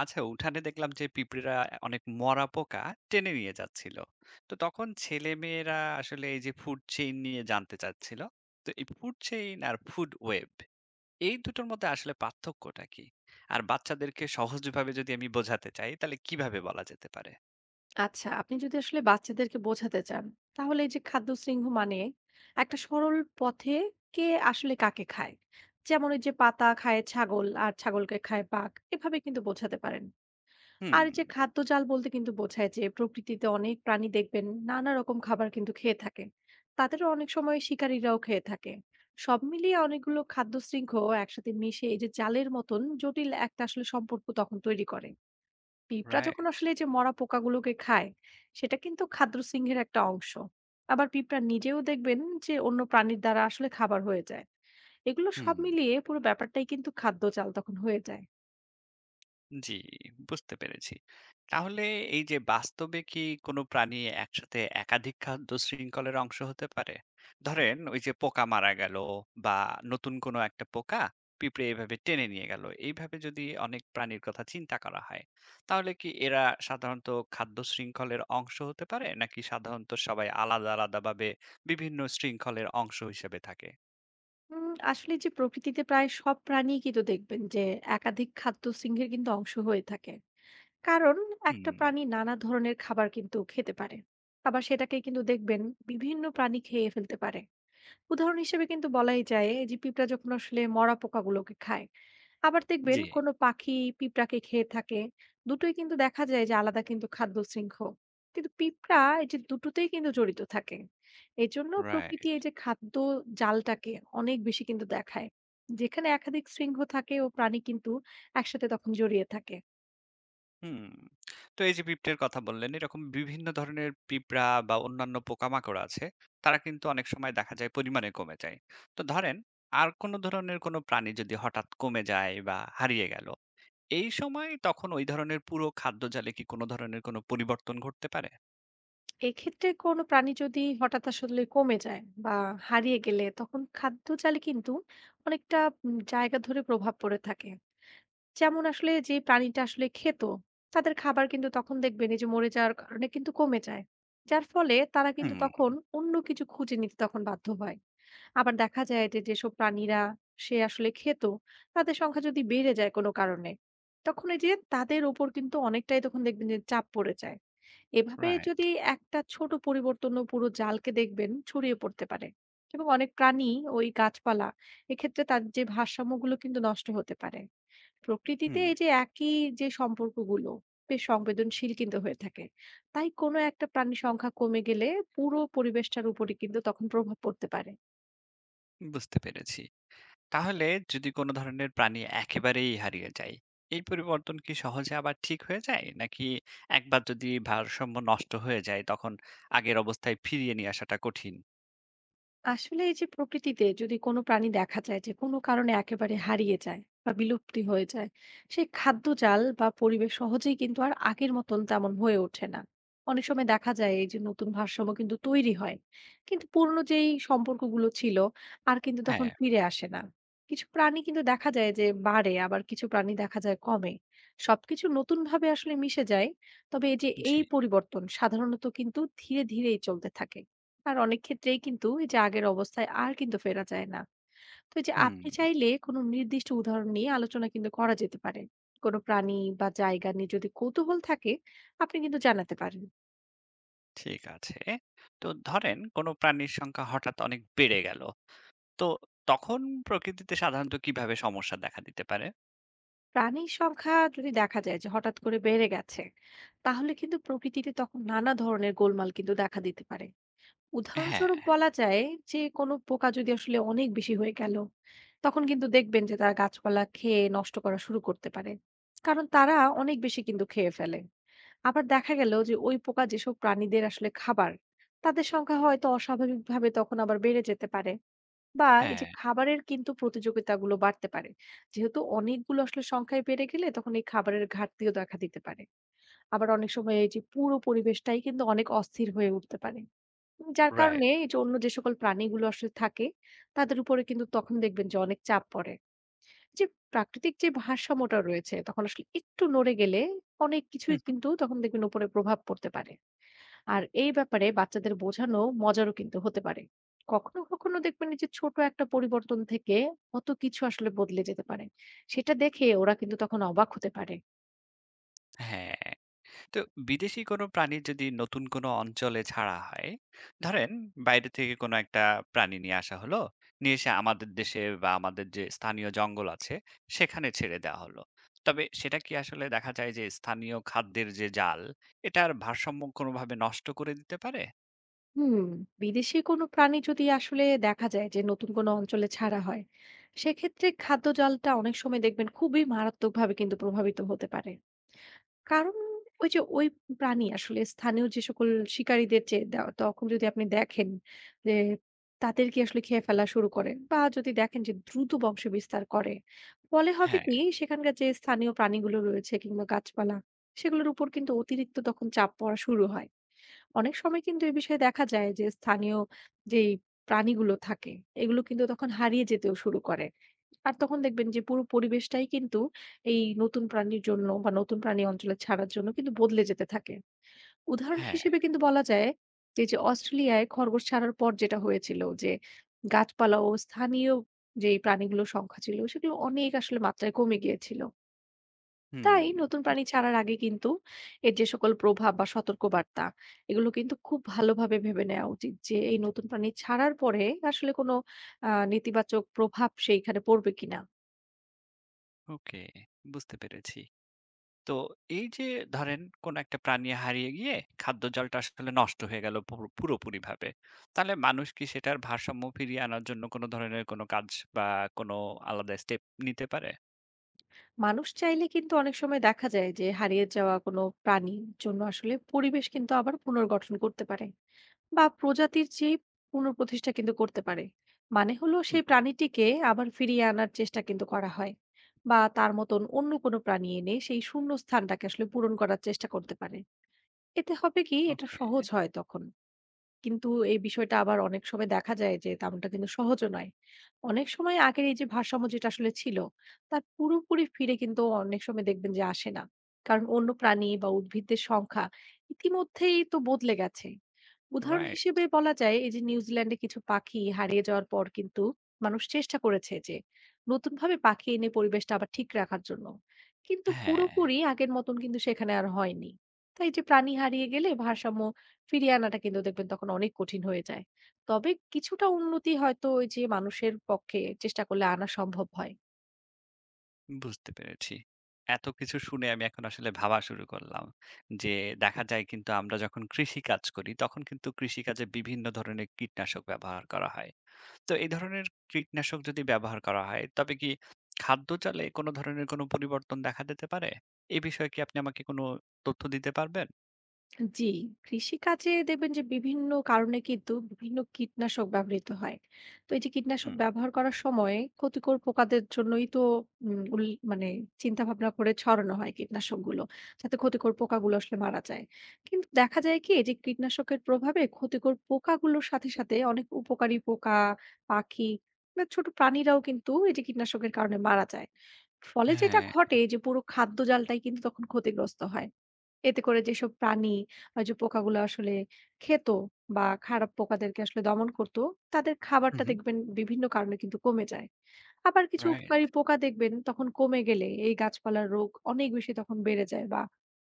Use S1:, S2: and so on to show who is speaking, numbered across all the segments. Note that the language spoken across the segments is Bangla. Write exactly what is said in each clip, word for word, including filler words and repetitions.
S1: আচ্ছা উঠানে দেখলাম যে পিঁপড়েরা অনেক মরা পোকা টেনে নিয়ে যাচ্ছিল। তো তখন ছেলে মেয়েরা আসলে এই যে ফুড চেইন নিয়ে জানতে চাচ্ছিল। তো এই ফুড চেইন আর ফুড ওয়েব এই দুটোর মধ্যে আসলে পার্থক্যটা কি, আর বাচ্চাদেরকে সহজভাবে যদি আমি বোঝাতে চাই তাহলে কিভাবে বলা যেতে পারে?
S2: আচ্ছা, আপনি যদি আসলে বাচ্চাদেরকে বোঝাতে চান তাহলে এই যে খাদ্য শৃঙ্খ মানে একটা সরল পথে কে আসলে কাকে খায়, যেমন এই যে পাতা খায় ছাগল আর ছাগলকে খায় বাঘ, এভাবে কিন্তু বোঝাতে পারেন।
S1: হুম।
S2: আর এই যে খাদ্য জাল বলতে কিন্তু বোঝায় যে প্রকৃতিতে অনেক প্রাণী দেখবেন নানা রকম খাবার কিন্তু খেয়ে থাকে, তাদেরও অনেক সময় শিকারীরাও খেয়ে থাকে। সব মিলিয়ে অনেকগুলো খাদ্য শৃঙ্খ একসাথে মিশে এই যে জালের মতন জটিল একটা আসলে সম্পর্ক তখন তৈরি করে। পিঁপড়া যখন
S1: রাইট।
S2: আসলে এই যে মরা পোকাগুলোকে খায়, সেটা কিন্তু খাদ্য সিংহের একটা অংশ। আবার পিঁপড়া নিজেও দেখবেন যে অন্য প্রাণীর দ্বারা আসলে খাবার হয়ে যায়। এগুলো
S1: হুম।
S2: সব মিলিয়ে পুরো ব্যাপারটাই কিন্তু খাদ্য চাল তখন হয়ে যায়।
S1: জি, বুঝতে পেরেছি। তাহলে এই যে বাস্তবে কি কোনো প্রাণী একসাথে একাধিক খাদ্য শৃঙ্খলের অংশ হতে পারে? ধরেন ওই যে পোকা মারা গেল, বা নতুন কোনো একটা পোকা পিঁপড়ে এভাবে টেনে নিয়ে গেল। এইভাবে যদি অনেক প্রাণীর কথা চিন্তা করা হয়, তাহলে কি এরা সাধারণত খাদ্য শৃঙ্খলের অংশ হতে পারে? নাকি সাধারণত সবাই আলাদা, আলাদাভাবে বিভিন্ন শৃঙ্খলের অংশ হিসেবে থাকে?
S2: উম, আসলে যে প্রকৃতিতে প্রায় সব প্রাণী কিন্তু দেখবেন যে একাধিক খাদ্য সিংহের কিন্তু অংশ হয়ে থাকে। কারণ একটা
S1: হুম,
S2: প্রাণী নানা ধরনের খাবার কিন্তু খেতে পারে, আবার সেটাকে কিন্তু দেখবেন বিভিন্ন প্রাণী খেয়ে ফেলতে পারে। উদাহরণ হিসেবে কিন্তু বলাই যায় এই যে পিঁপড়া যখন আসলে মরা পোকাগুলোকে খায়, আবার দেখবেন
S1: জি।
S2: কোনো পাখি পিঁপড়াকে খেয়ে থাকে। দুটোই কিন্তু দেখা যায় যে আলাদা কিন্তু খাদ্য শৃঙ্খ, কিন্তু পিঁপড়া এই যে দুটোতেই কিন্তু জড়িত থাকে। এই জন্য প্রকৃতি
S1: রাইট।
S2: এই যে খাদ্য জালটাকে অনেক বেশি কিন্তু দেখায়, যেখানে একাধিক শৃঙ্গ থাকে ও প্রাণী কিন্তু একসাথে তখন জড়িয়ে থাকে।
S1: হুম। তো এই যে পিঁপড়ের কথা বললেন, এরকম বিভিন্ন ধরনের পিঁপড়া বা অন্যান্য পোকামাকড় আছে, তারা কিন্তু অনেক সময় দেখা যায় পরিমাণে কমে যায়। তো ধরেন আর কোন ধরনের কোন প্রাণী যদি হঠাৎ কমে যায় বা হারিয়ে গেল, এই সময় তখন ওই ধরনের পুরো খাদ্য জালে কি কোন ধরনের কোন পরিবর্তন ঘটতে পারে?
S2: এক্ষেত্রে কোনো প্রাণী যদি হঠাৎ আসলে কমে যায় বা হারিয়ে গেলে তখন খাদ্য চালে কিন্তু অনেকটা উম, জায়গা ধরে প্রভাব পড়ে থাকে। যেমন আসলে যে প্রাণীটা আসলে খেত তাদের খাবার কিন্তু তখন দেখবেন এই যে মরে যাওয়ার কারণে কিন্তু কমে যায়, যার ফলে তারা কিন্তু
S1: হুম,
S2: তখন অন্য কিছু খুঁজে নিতে তখন বাধ্য হয়। আবার দেখা যায় যে যেসব প্রাণীরা সে আসলে খেত তাদের সংখ্যা যদি বেড়ে যায় কোনো কারণে, তখন এই যে তাদের উপর কিন্তু অনেকটাই তখন দেখবেন যে চাপ পড়ে যায়। এভাবে
S1: রাইট।
S2: যদি একটা ছোট পরিবর্তনও পুরো জালকে দেখবেন ছড়িয়ে পড়তে পারে, এবং অনেক প্রাণী ওই গাছপালা এক্ষেত্রে তার যে ভারসাম্যগুলো কিন্তু নষ্ট হতে পারে। প্রকৃতিতে
S1: হুম,
S2: এই যে একই যে সম্পর্কগুলো বেশ সংবেদনশীল কিন্তু হয়ে থাকে, তাই কোনো একটা প্রাণীর সংখ্যা কমে গেলে পুরো পরিবেশটার উপরে কিন্তু তখন প্রভাব পড়তে পারে।
S1: বুঝতে পেরেছি। তাহলে যদি কোনো ধরনের প্রাণী একেবারেই হারিয়ে যায়, এই পরিবর্তন কি সহজে আবার ঠিক হয়ে যায়? নাকি একবার যদি ভারসাম্য নষ্ট হয়ে যায় তখন আগের অবস্থায় ফিরিয়ে নিয়ে আসাটা কঠিন?
S2: আসলে এই যে প্রকৃতিতে যদি কোনো প্রাণী দেখা যায় যে কোনো কারণে একেবারে হারিয়ে যায় বা বিলুপ্তি হয়ে যায়, সেই খাদ্য জাল বা পরিবেশ সহজেই কিন্তু আর আগের মতন তেমন হয়ে ওঠে না। অনেক সময় দেখা যায় এই যে নতুন ভারসাম্য কিন্তু তৈরি হয়, কিন্তু পুরনো যেই সম্পর্কগুলো ছিল আর কিন্তু তখন
S1: হ্যাঁ,
S2: ফিরে আসে না। কিছু প্রাণী কিন্তু দেখা যায় যে বাড়ে, আবার কিছু প্রাণী দেখা যায় কমে, সবকিছু নতুন ভাবে আসলে মিশে যায়। তবে এই যে
S1: জি।
S2: এই পরিবর্তন সাধারণত কিন্তু ধীরে ধীরেই চলতে থাকে, আর অনেক ক্ষেত্রেই কিন্তু এই যে আগের অবস্থায় আর কিন্তু ফেরা যায় না। তো এই যে
S1: হুম,
S2: আপনি চাইলে কোনো নির্দিষ্ট উদাহরণ নিয়ে আলোচনা কিন্তু করা যেতে পারে। কোনো প্রাণী বা জায়গা নিয়ে যদি কৌতূহল থাকে, আপনি কিন্তু জানাতে পারেন।
S1: ঠিক আছে। তো ধরেন কোনো প্রাণীর সংখ্যা হঠাৎ অনেক বেড়ে গেল। তো তখন প্রকৃতিতে সাধারণত কিভাবে সমস্যা দেখা দিতে পারে?
S2: প্রাণীর সংখ্যা যদি দেখা যায় যে হঠাৎ করে বেড়ে গেছে, তাহলে কিন্তু প্রকৃতিতে তখন নানা ধরনের গোলমাল কিন্তু দেখা দিতে পারে।
S1: হ্যাঁ,
S2: উদাহরণস্বরূপ বলা যায় যে কোনো পোকা যদি আসলে অনেক বেশি হয়ে গেল তখন কিন্তু দেখবেন যে তারা গাছপালা খেয়ে নষ্ট করা শুরু করতে পারে, কারণ তারা অনেক বেশি কিন্তু খেয়ে ফেলে। আবার দেখা গেল যে ওই পোকা যেসব প্রাণীদের আসলে খাবার, তাদের সংখ্যা হয়তো অস্বাভাবিকভাবে তখন আবার বেড়ে যেতে পারে, বা এই যে
S1: হ্যাঁ,
S2: খাবারের কিন্তু প্রতিযোগিতাগুলো বাড়তে পারে। যেহেতু অনেকগুলো আসলে সংখ্যায় বেড়ে গেলে তখন এই খাবারের ঘাটতিও দেখা দিতে পারে, আবার অনেক সময় এই যে পুরো পরিবেশটাই কিন্তু অনেক অস্থির হয়ে উঠতে পারে। যার কারণে
S1: রাইট।
S2: এই যে অন্য যে সকল প্রাণীগুলো আসলে থাকে তাদের উপরে কিন্তু তখন দেখবেন যে অনেক চাপ পড়ে। যে প্রাকৃতিক যে ভারসাম্যটা রয়েছে তখন আসলে একটু নড়ে গেলে অনেক
S1: হুম,
S2: কিছুই
S1: হুম।
S2: কিন্তু তখন দেখবেন উপরে প্রভাব পড়তে পারে। আর এই ব্যাপারে বাচ্চাদের বোঝানো মজারও কিন্তু হতে পারে। কখনো, কখনো দেখবেন এই যে ছোট একটা পরিবর্তন থেকে কত কিছু আসলে বদলে যেতে পারে। সেটা দেখে ওরা কিন্তু তখন অবাক হতে পারে।
S1: হ্যাঁ। তো বিদেশি কোনো প্রাণী যদি নতুন কোনো অঞ্চলে ছাড়া হয়, ধরেন বাইরে থেকে কোনো একটা প্রাণী নিয়ে আসা হলো, নিয়ে এসে আমাদের দেশে বা আমাদের যে স্থানীয় জঙ্গল আছে সেখানে ছেড়ে দেওয়া হলো, তবে সেটা কি আসলে দেখা যায় যে স্থানীয় খাদ্যের যে জাল এটার ভারসাম্য কোনোভাবে নষ্ট করে দিতে পারে?
S2: হুম। বিদেশি কোনো প্রাণী যদি আসলে দেখা যায় যে নতুন কোনো অঞ্চলে ছাড়া হয়, সেক্ষেত্রে খাদ্য জালটা অনেক সময় দেখবেন খুবই মারাত্মকভাবে কিন্তু প্রভাবিত হতে পারে। কারণ ওই যে ওই প্রাণী আসলে স্থানীয় যে সকল শিকারীদের যে দে- তখন যদি আপনি দেখেন যে তাদেরকে আসলে খেয়ে ফেলা শুরু করেন, বা যদি দেখেন যে দ্রুত বংশ বিস্তার করে, ফলে হবে
S1: হ্যাঁ।
S2: কি সেখানকার যে স্থানীয় প্রাণীগুলো রয়েছে কিংবা গাছপালা, সেগুলোর উপর কিন্তু অতিরিক্ত তখন চাপ পড়া শুরু হয়। অনেক সময় কিন্তু এ বিষয়ে দেখা যায় যে স্থানীয় যেই প্রাণীগুলো থাকে এগুলো কিন্তু তখন হারিয়ে যেতেও শুরু করে। আর তখন দেখবেন যে পুরো পরিবেশটাই কিন্তু এই নতুন প্রাণীর জন্য বা নতুন প্রাণী অঞ্চলে ছাড়ার জন্য কিন্তু বদলে যেতে থাকে। উদাহরণ
S1: হ্যাঁ।
S2: হিসেবে কিন্তু বলা যায় যে, যে অস্ট্রেলিয়ায় খরগোশ ছাড়ার পর যেটা হয়েছিল যে গাছপালা ও স্থানীয় যেই প্রাণীগুলোর সংখ্যা ছিল সেগুলো অনেক আসলে মাত্রায় কমে গিয়েছিল।
S1: হুম।
S2: তাই নতুন প্রাণী ছাড়ার আগে কিন্তু এর যে সকল প্রভাব বা সতর্কবার্তা এগুলো কিন্তু খুব ভালোভাবে ভেবে নেওয়া উচিত যে এই নতুন প্রাণী ছাড়ার পরে আসলে কোনো আহ, নেতিবাচক প্রভাব সেইখানে পড়বে কিনা।
S1: ওকে, বুঝতে পেরেছি। তো এই যে ধরেন কোন একটা প্রাণী হারিয়ে গিয়ে খাদ্য জলটা আসলে নষ্ট হয়ে গেল পুরো- পুরোপুরিভাবে, তাহলে মানুষ কি সেটার ভারসাম্য ফিরিয়ে আনার জন্য কোনো ধরনের কোনো কাজ বা কোনো আলাদা স্টেপ নিতে পারে?
S2: মানুষ চাইলে কিন্তু অনেক সময় দেখা যায় যে হারিয়ে যাওয়া কোনো প্রাণীর জন্য আসলে পরিবেশ কিন্তু আবার পুনর্গঠন করতে পারে, বা প্রজাতির যে পুনঃপ্রতিষ্ঠা কিন্তু করতে পারে। মানে হলো
S1: হুম।
S2: সেই প্রাণীটিকে আবার ফিরিয়ে আনার চেষ্টা কিন্তু করা হয়, বা তার মতন অন্য কোনো প্রাণী এনে সেই শূন্য স্থানটাকে আসলে পূরণ করার চেষ্টা করতে পারে। এতে হবে কি এটা
S1: ওকে।
S2: সহজ হয় তখন, কিন্তু এই বিষয়টা আবার অনেক সময় দেখা যায় যে তেমনটা কিন্তু সহজও নয়। অনেক সময় আগের এই যে ভারসাম্য যেটা আসলে ছিল, তার পুরোপুরি ফিরে কিন্তু অনেক সময় দেখবেন যে আসে না। কারণ অন্য প্রাণী বা উদ্ভিদদের সংখ্যা ইতিমধ্যেই তো বদলে গেছে। উদাহরণ
S1: রাইট।
S2: হিসেবে বলা যায় এই যে নিউজিল্যান্ডে কিছু পাখি হারিয়ে যাওয়ার পর কিন্তু মানুষ চেষ্টা করেছে যে নতুনভাবে পাখি এনে পরিবেশটা আবার ঠিক রাখার জন্য। কিন্তু
S1: হ্যাঁ।
S2: পুরোপুরি আগের মতন কিন্তু সেখানে আর হয়নি। তাই যে প্রাণী হারিয়ে গেলে ভারসাম্য ফিরিয়ে আনাটা কিন্তু দেখবেন তখন অনেক কঠিন হয়ে যায়। তবে কিছুটা উন্নতি হয়তো ওই যে মানুষের পক্ষে চেষ্টা করলে আনা সম্ভব হয়।
S1: বুঝতে পেরেছি। এত কিছু শুনে আমি এখন আসলে ভাবা শুরু করলাম যে, দেখা যায় কিন্তু আমরা যখন কৃষি কাজ করি তখন কিন্তু কৃষিকাজে বিভিন্ন ধরনের কীটনাশক ব্যবহার করা হয়। তো এই ধরনের কীটনাশক যদি ব্যবহার করা হয়, তবে কি খাদ্যজালে কোন ধরনের কোন পরিবর্তন দেখা দিতে পারে? এই বিষয়ে কি আপনি আমাকে কোন তথ্য দিতে পারবেন?
S2: জি, কৃষিকাজে দেখবেন যে বিভিন্ন কারণে কিন্তু বিভিন্ন কীটনাশক ব্যবহৃত হয়। তো এই যে কীটনাশক
S1: হুম।
S2: ব্যবহার করার সময় ক্ষতিকর পোকাদের জন্যই তো উম উল মানে চিন্তা ভাবনা করে ছড়ানো হয় কীটনাশকগুলো, যাতে ক্ষতিকর পোকাগুলো আসলে মারা যায়। কিন্তু দেখা যায় কি এই যে কীটনাশকের প্রভাবে ক্ষতিকর পোকাগুলোর সাথে, সাথে অনেক উপকারী পোকা, পাখি বা ছোট প্রাণীরাও কিন্তু এই যে কীটনাশকের কারণে মারা যায়। ফলে যেটা
S1: হ্যাঁ।
S2: ঘটে যে পুরো খাদ্য জালটাই কিন্তু তখন ক্ষতিগ্রস্ত হয়। এতে করে যেসব প্রাণী বা যে পোকাগুলো আসলে খেত বা খারাপ পোকাদেরকে আসলে দমন করত, তাদের
S1: হুম,
S2: খাবারটা
S1: হুম।
S2: দেখবেন বিভিন্ন কারণে কিন্তু কমে যায়। আবার কিছু
S1: রাইট।
S2: উপকারী পোকা দেখবেন তখন কমে গেলে এই গাছপালার রোগ অনেক বেশি তখন বেড়ে যায় বা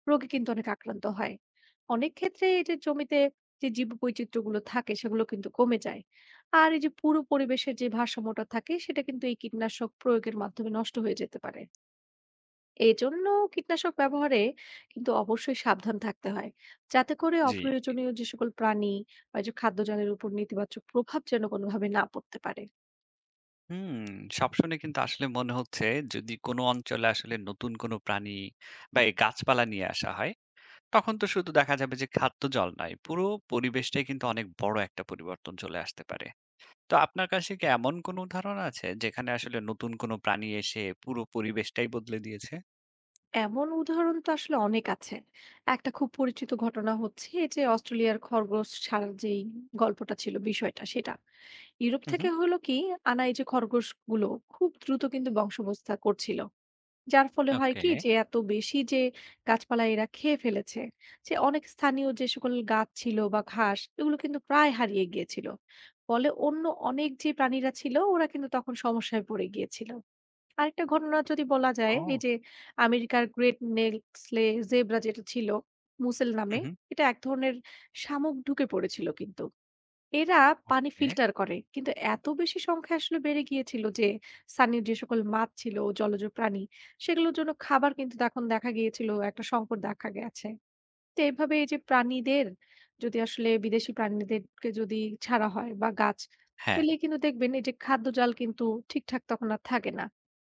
S2: রোগে কিন্তু অনেক আক্রান্ত হয়। অনেক ক্ষেত্রে এই যে জমিতে যে জীব বৈচিত্র্যগুলো থাকে সেগুলো কিন্তু কমে যায়, আর এই যে পুরো পরিবেশের যে ভারসাম্যটা থাকে সেটা কিন্তু এই কীটনাশক প্রয়োগের মাধ্যমে নষ্ট হয়ে যেতে পারে। এজন্য কীটনাশক ব্যবহারে কিন্তু অবশ্যই সাবধান থাকতে হয়, যাতে করে
S1: জি।
S2: অপ্রয়োজনীয় যে সকল প্রাণী বা এই যে খাদ্যজালের উপর নেতিবাচক প্রভাব যেন কোনোভাবে না পড়তে পারে।
S1: হুম, সব শুনে কিন্তু আসলে মনে হচ্ছে, যদি কোন অঞ্চলে আসলে নতুন কোন প্রাণী বা এই গাছপালা নিয়ে আসা হয়, তখন তো শুধু দেখা যাবে যে খাদ্য জল নয়, পুরো পরিবেশটাই কিন্তু অনেক বড় একটা পরিবর্তন চলে আসতে পারে। তো আপনার কাছে কি এমন কোনো উদাহরণ আছে যেখানে আসলে নতুন কোনো প্রাণী এসে পুরো পরিবেশটাই বদলে দিয়েছে?
S2: এমন উদাহরণ তো আসলে অনেক আছে। একটা খুব পরিচিত ঘটনা হচ্ছে এই যে অস্ট্রেলিয়ার খরগোশ ছাড়ার যেই গল্পটা ছিল বিষয়টা সেটা। ইউরোপ
S1: হু, হু।
S2: থেকে হলো কি আনা এই যে খরগোশগুলো খুব দ্রুত কিন্তু বংশবিস্তার করছিল। যার ফলে হয়
S1: ওকে।
S2: কি যে এত বেশি যে গাছপালা এরা খেয়ে ফেলেছে যে অনেক স্থানীয় যে সকল গাছ ছিল বা ঘাস এগুলো কিন্তু প্রায় হারিয়ে গিয়েছিল। ফলে অন্য অনেক যে প্রাণীরা ছিল ওরা কিন্তু তখন সমস্যায় পড়ে গিয়েছিল। আরেকটা ঘটনা যদি বলা যায় এই
S1: ও!
S2: যে আমেরিকার গ্রেট নেক্সলে জেব্রা যেটা ছিল মুসেল
S1: হু,
S2: নামে,
S1: হু।
S2: এটা এক ধরনের শামুক ঢুকে পড়েছিল কিন্তু এরা পানি
S1: ওকে।
S2: ফিল্টার করে। কিন্তু এত বেশি সংখ্যা আসলে বেড়ে গিয়েছিল যে, স্থানীয় যে সকল মাছ ছিল, ও জলজ প্রাণী, সেগুলোর জন্য খাবার কিন্তু তখন দেখা গিয়েছিল একটা সংকট দেখা গেছে। তো এভাবে এই যে প্রাণীদের যদি আসলে বিদেশি প্রাণীদেরকে যদি ছাড়া হয় বা গাছ,
S1: হ্যাঁ।
S2: পেলে কিন্তু দেখবেন এই যে খাদ্য জাল কিন্তু ঠিকঠাক তখন আর থাকে না।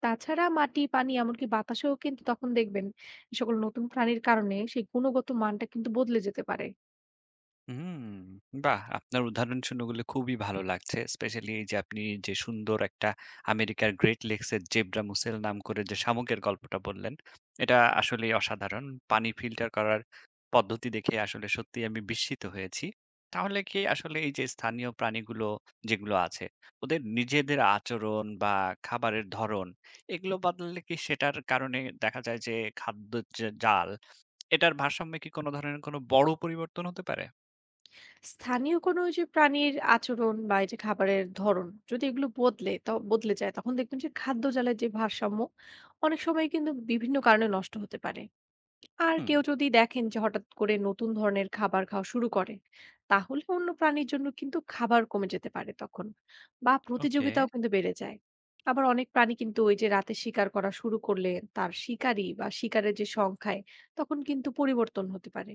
S2: তাছাড়া মাটি, পানি এমনকি বাতাসেও কিন্তু তখন দেখবেন, এই সকল নতুন প্রাণীর কারণে সেই গুণগত মানটা কিন্তু বদলে যেতে পারে।
S1: হুম, বাহ! আপনার উদাহরণ শুনেগুলো খুবই ভালো লাগছে। স্পেশালি এই যে আপনি যে সুন্দর একটা আমেরিকার গ্রেট লেকস এর জেব্রা মুসেল নাম করে যে শামুকের গল্পটা বললেন, এটা আসলেই অসাধারণ। পানি ফিল্টার করার পদ্ধতি দেখে আসলে সত্যিই আমি বিস্মিত হয়েছি। তাহলে কি আসলে এই যে স্থানীয় প্রাণীগুলো যেগুলো আছে, ওদের নিজেদের আচরণ বা খাবারের ধরন এগুলো বদলালে কি সেটার কারণে দেখা যায় যে খাদ্যের যে জাল, এটার ভারসাম্যে কি কোনো ধরনের কোনো বড় পরিবর্তন হতে পারে?
S2: স্থানীয় কোনো ওই যে প্রাণীর আচরণ বা এই যে খাবারের ধরন যদি এগুলো বদলে ত বদলে যায় তখন দেখবেন যে খাদ্য জালের যে ভারসাম্য অনেক সময় কিন্তু বিভিন্ন কারণে নষ্ট হতে পারে। আর
S1: হুম।
S2: কেউ যদি দেখেন যে হঠাৎ করে নতুন ধরনের খাবার খাওয়া শুরু করেন, তাহলে অন্য প্রাণীর জন্য কিন্তু খাবার কমে যেতে পারে তখন, বা
S1: ওকে,
S2: প্রতিযোগিতাও কিন্তু বেড়ে যায়। আবার অনেক প্রাণী কিন্তু ওই যে রাতে শিকার করা শুরু করলে তার শিকারী বা শিকারের যে সংখ্যায় তখন কিন্তু পরিবর্তন হতে পারে।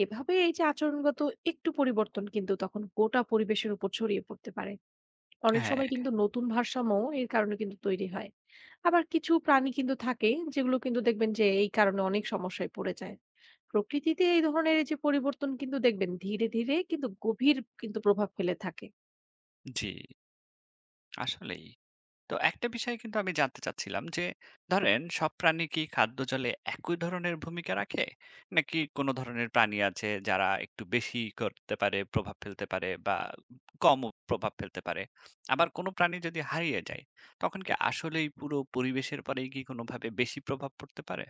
S2: এভাবে এই যে আচরণগত একটু পরিবর্তন কিন্তু তখন গোটা পরিবেশের উপর ছড়িয়ে পড়তে পারে। অনেক
S1: হ্যাঁ,
S2: সময় কিন্তু নতুন ভারসাম্য এর কারণে কিন্তু তৈরি হয়, আবার কিছু প্রাণী কিন্তু থাকে যেগুলো কিন্তু দেখবেন যে এই কারণে অনেক সমস্যায় পড়ে যায়। প্রকৃতিতে এই ধরনের যে পরিবর্তন কিন্তু দেখবেন ধীরে ধীরে কিন্তু গভীর কিন্তু প্রভাব ফেলে থাকে।
S1: জি, আসলেই। তো একটা বিষয় কিন্তু আমি জানতে চাচ্ছিলাম যে, ধরেন সব প্রাণী কি খাদ্য জালে একই ধরনের ভূমিকা রাখে? নাকি কোন ধরনের প্রাণী আছে যারা একটু বেশি করতে পারে, প্রভাব ফেলতে পারে বা কমও প্রভাব ফেলতে পারে? আবার কোন প্রাণী যদি হারিয়ে যায়, তখন কি আসলেই পুরো পরিবেশের পরেই কি কোনোভাবে বেশি প্রভাব পড়তে পারে?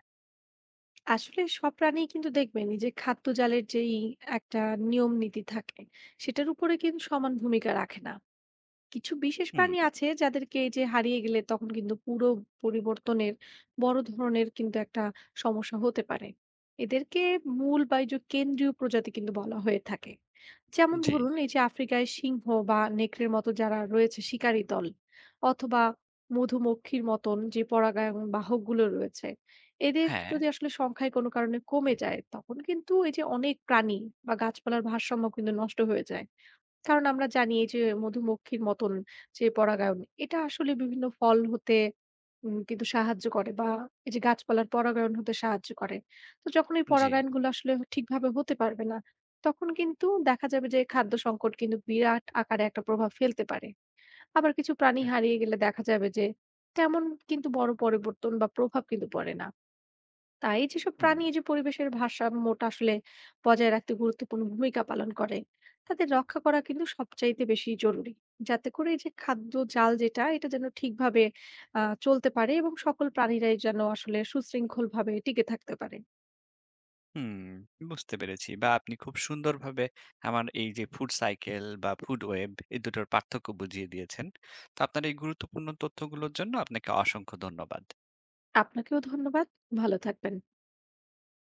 S2: আসলে সব প্রাণী কিন্তু দেখবেন এই যে খাদ্য জালের যেই একটা নিয়ম নীতি থাকে সেটার উপরে কিন্তু সমান ভূমিকা রাখে না। কিছু বিশেষ
S1: হুম,
S2: প্রাণী আছে যাদেরকে এই যে হারিয়ে গেলে তখন কিন্তু পুরো পরিবর্তনের বড় ধরনের কিন্তু একটা সমস্যা হতে পারে। এদেরকে মূল বা এই যে কেন্দ্রীয় প্রজাতি কিন্তু বলা হয়ে থাকে। যেমন
S1: জি,
S2: ধরুন এই যে আফ্রিকায় সিংহ বা নেকড়ের মতো যারা রয়েছে শিকারী দল, অথবা মধুমক্ষীর মতন যে পরাগায়ন বাহকগুলো রয়েছে, এদের
S1: হ্যাঁ,
S2: যদি আসলে সংখ্যায় কোনো কারণে কমে যায় তখন কিন্তু এই যে অনেক প্রাণী বা গাছপালার ভারসাম্য কিন্তু নষ্ট হয়ে যায়। কারণ আমরা জানি এই যে মধুমক্ষীর মতন যে পরাগায়ন, এটা আসলে বিভিন্ন ফল হতে উম কিন্তু সাহায্য করে, বা এই যে গাছপালার পরাগায়ন হতে সাহায্য করে। তো যখন এই
S1: জি,
S2: পরাগায়নগুলো আসলে ঠিকভাবে হতে পারবে না, তখন কিন্তু দেখা যাবে যে খাদ্য সংকট কিন্তু বিরাট আকারে একটা প্রভাব ফেলতে পারে। আবার কিছু প্রাণী
S1: হ্যাঁ,
S2: হারিয়ে গেলে দেখা যাবে যে তেমন কিন্তু বড় পরিবর্তন বা প্রভাব কিন্তু পড়ে না। তাই যেসব
S1: হুম।
S2: প্রাণী এই যে পরিবেশের ভারসাম্যটা আসলে বজায় রাখতে গুরুত্বপূর্ণ ভূমিকা পালন করে তাদের রক্ষা করা কিন্তু সবচাইতে বেশি জরুরি, যাতে করে এই যে খাদ্য জাল যেটা এটা যেন ঠিকভাবে আহ চলতে পারে এবং সকল প্রাণীরাই যেন আসলে সুশৃঙ্খল ভাবে টিকে থাকতে পারে।
S1: হুম, বুঝতে পেরেছি। বা আপনি খুব সুন্দরভাবে আমার এই যে ফুড সাইকেল বা ফুড ওয়েব এই দুটোর পার্থক্য বুঝিয়ে দিয়েছেন। তো আপনার এই গুরুত্বপূর্ণ তথ্যগুলোর জন্য আপনাকে অসংখ্য ধন্যবাদ।
S2: আপনাকেও ধন্যবাদ। ভালো থাকবেন।